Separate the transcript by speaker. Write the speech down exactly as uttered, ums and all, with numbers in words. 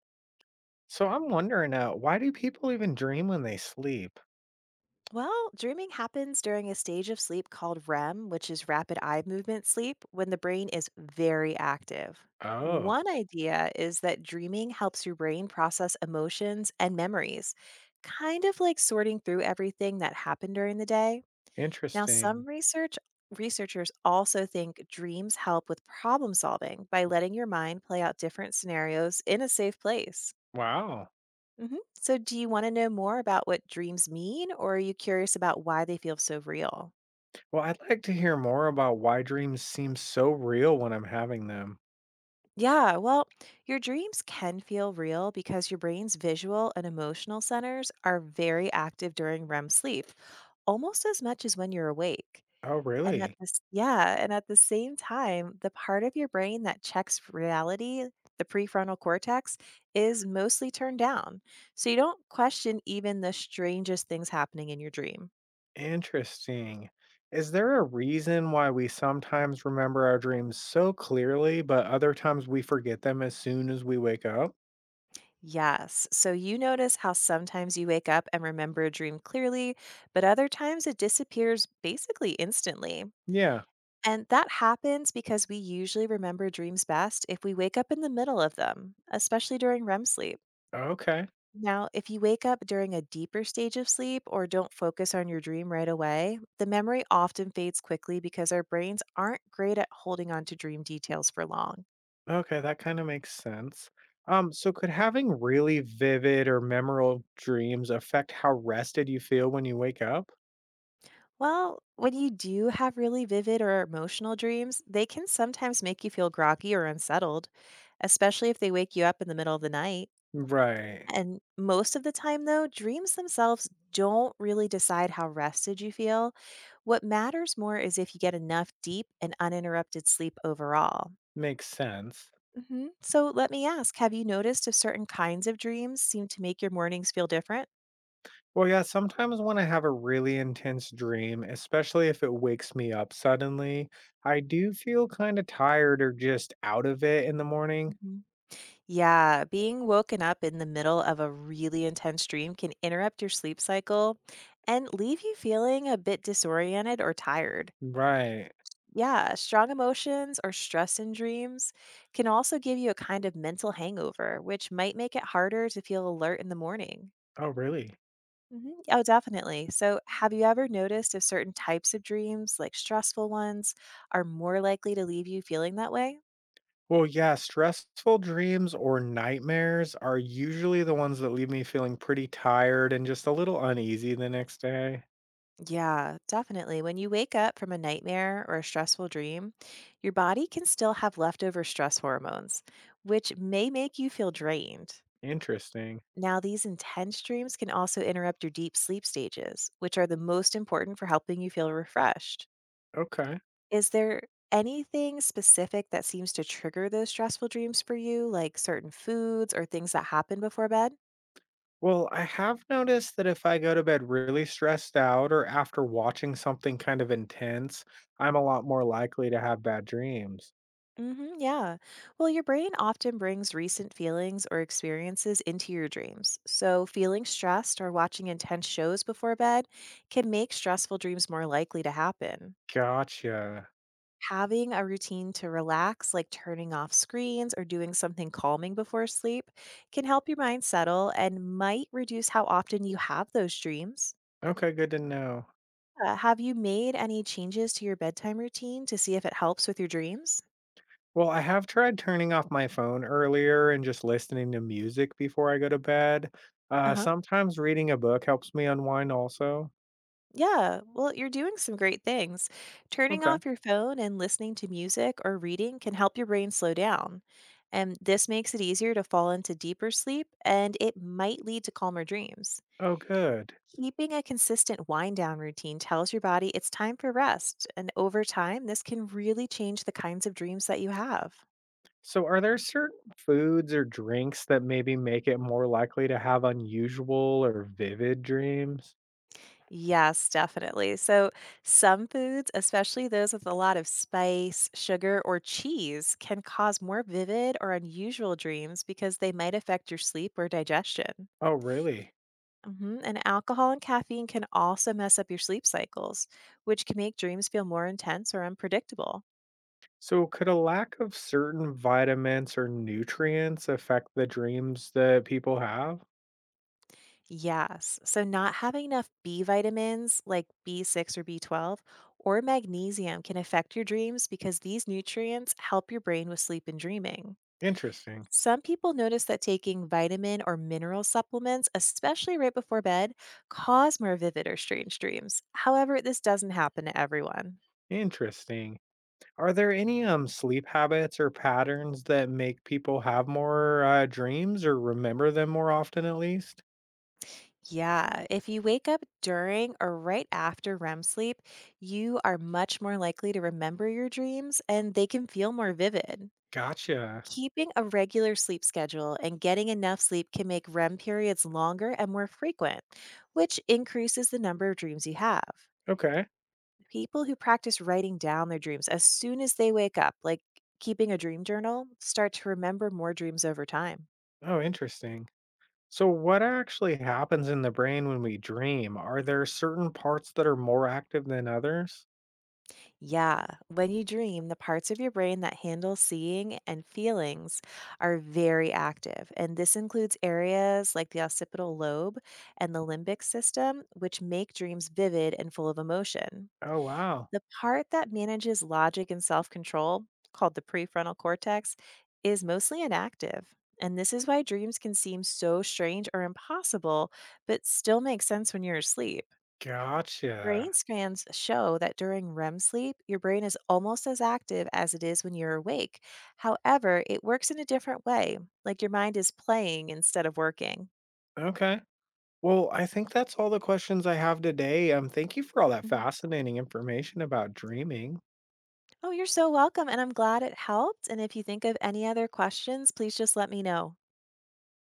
Speaker 1: So I'm wondering, uh, why do people even dream when they sleep?
Speaker 2: Well, dreaming happens during a stage of sleep called REM, which is rapid eye movement sleep, when the brain is very active.
Speaker 1: Oh,
Speaker 2: One idea is that dreaming helps your brain process emotions and memories, kind of like sorting through everything that happened during the day. Now,
Speaker 1: interesting.
Speaker 2: some research researchers also think dreams help with problem solving by letting your mind play out different scenarios in a safe place.
Speaker 1: Wow.
Speaker 2: Hmm. So, do you want to know more about what dreams mean, or are you curious about why they feel so real?
Speaker 1: Well, I'd like to hear more about why dreams seem so real when I'm having them.
Speaker 2: Yeah, well, your dreams can feel real because your brain's visual and emotional centers are very active during REM sleep, almost as much as when you're awake.
Speaker 1: Oh,
Speaker 2: And at
Speaker 1: really?
Speaker 2: this, yeah, and at the same time, the part of your brain that checks reality, the prefrontal cortex, is mostly turned down. So you don't question even the strangest things happening in your dream.
Speaker 1: Interesting. Is there a reason why we sometimes remember our dreams so clearly, but other times we forget them as soon as we wake up?
Speaker 2: Yes. So you notice how sometimes you wake up and remember a dream clearly, but other times it disappears basically instantly.
Speaker 1: Yeah.
Speaker 2: And that happens because we usually remember dreams best if we wake up in the middle of them, especially during REM sleep.
Speaker 1: Okay.
Speaker 2: Now, if you wake up during a deeper stage of sleep or don't focus on your dream right away, the memory often fades quickly because our brains aren't great at holding on to dream details for long.
Speaker 1: Okay, that kind of makes sense. Um, so could having really vivid or memorable dreams affect how rested you feel when you wake up?
Speaker 2: Well, when you do have really vivid or emotional dreams, they can sometimes make you feel groggy or unsettled, especially if they wake you up in the middle of the night.
Speaker 1: Right.
Speaker 2: And most of the time, though, dreams themselves don't really decide how rested you feel. What matters more is if you get enough deep and uninterrupted sleep overall.
Speaker 1: Makes sense.
Speaker 2: Hmm. So let me ask, have you noticed if certain kinds of dreams seem to make your mornings feel different?
Speaker 1: Well, yeah, sometimes when I have a really intense dream, especially if it wakes me up suddenly, I do feel kind of tired or just out of it in the morning.
Speaker 2: Yeah, being woken up in the middle of a really intense dream can interrupt your sleep cycle and leave you feeling a bit disoriented or tired.
Speaker 1: Right.
Speaker 2: Yeah, strong emotions or stress in dreams can also give you a kind of mental hangover, which might make it harder to feel alert in the morning.
Speaker 1: Oh, really?
Speaker 2: Mhm. Oh, definitely. So, have you ever noticed if certain types of dreams, like stressful ones, are more likely to leave you feeling that way?
Speaker 1: Well, yeah, stressful dreams or nightmares are usually the ones that leave me feeling pretty tired and just a little uneasy the next day.
Speaker 2: Yeah, definitely. When you wake up from a nightmare or a stressful dream, your body can still have leftover stress hormones, which may make you feel drained.
Speaker 1: Interesting.
Speaker 2: Now, these intense dreams can also interrupt your deep sleep stages, which are the most important for helping you feel refreshed.
Speaker 1: Okay.
Speaker 2: Is there anything specific that seems to trigger those stressful dreams for you, like certain foods or things that happen before bed?
Speaker 1: Well, I have noticed that if I go to bed really stressed out or after watching something kind of intense, I'm a lot more likely to have bad dreams.
Speaker 2: Hmm, yeah. Well, your brain often brings recent feelings or experiences into your dreams. So, feeling stressed or watching intense shows before bed can make stressful dreams more likely to happen.
Speaker 1: Gotcha.
Speaker 2: Having a routine to relax, like turning off screens or doing something calming before sleep, can help your mind settle and might reduce how often you have those dreams.
Speaker 1: Okay, good to know.
Speaker 2: Uh, have you made any changes to your bedtime routine to see if it helps with your dreams?
Speaker 1: Well, I have tried turning off my phone earlier and just listening to music before I go to bed.
Speaker 2: Uh
Speaker 1: Uh,
Speaker 2: huh.
Speaker 1: sometimes reading a book helps me unwind also.
Speaker 2: Yeah, well, you're doing some great things. Turning
Speaker 1: Okay.
Speaker 2: off your phone and listening to music or reading can help your brain slow down. And this makes it easier to fall into deeper sleep, and it might lead to calmer dreams.
Speaker 1: Oh, good.
Speaker 2: Keeping a consistent wind down routine tells your body it's time for rest. And over time, this can really change the kinds of dreams that you have.
Speaker 1: So, are there certain foods or drinks that maybe make it more likely to have unusual or vivid dreams?
Speaker 2: Yes, definitely. So, some foods, especially those with a lot of spice, sugar, or cheese, can cause more vivid or unusual dreams because they might affect your sleep or digestion.
Speaker 1: Oh, really?
Speaker 2: Mhm. And alcohol and caffeine can also mess up your sleep cycles, which can make dreams feel more intense or unpredictable.
Speaker 1: So, could a lack of certain vitamins or nutrients affect the dreams that people have?
Speaker 2: Yes. So, not having enough B vitamins like B six or B twelve or magnesium can affect your dreams because these nutrients help your brain with sleep and dreaming.
Speaker 1: Interesting.
Speaker 2: Some people notice that taking vitamin or mineral supplements, especially right before bed, cause more vivid or strange dreams. However, this doesn't happen to everyone.
Speaker 1: Interesting. Are there any, um, sleep habits or patterns that make people have more, uh, dreams or remember them more often at least?
Speaker 2: Yeah, if you wake up during or right after REM sleep, you are much more likely to remember your dreams and they can feel more vivid.
Speaker 1: Gotcha.
Speaker 2: Keeping a regular sleep schedule and getting enough sleep can make REM periods longer and more frequent, which increases the number of dreams you have.
Speaker 1: Okay.
Speaker 2: People who practice writing down their dreams as soon as they wake up, like keeping a dream journal, start to remember more dreams over time.
Speaker 1: Oh, interesting. So what actually happens in the brain when we dream? Are there certain parts that are more active than others?
Speaker 2: Yeah, when you dream, the parts of your brain that handle seeing and feelings are very active. And this includes areas like the occipital lobe and the limbic system, which make dreams vivid and full of emotion.
Speaker 1: Oh, wow.
Speaker 2: The part that manages logic and self control, called the prefrontal cortex, is mostly inactive. And this is why dreams can seem so strange or impossible, but still make sense when you're asleep. Brain
Speaker 1: Gotcha.
Speaker 2: scans show that during REM sleep, your brain is almost as active as it is when you're awake. However, it works in a different way, like your mind is playing instead of working.
Speaker 1: Okay. Well, I think that's all the questions I have today. Um, thank you for all that
Speaker 2: Hmm.
Speaker 1: fascinating information about dreaming.
Speaker 2: Oh, you're so welcome, and I'm glad it helped. And if you think of any other questions, please just let me know.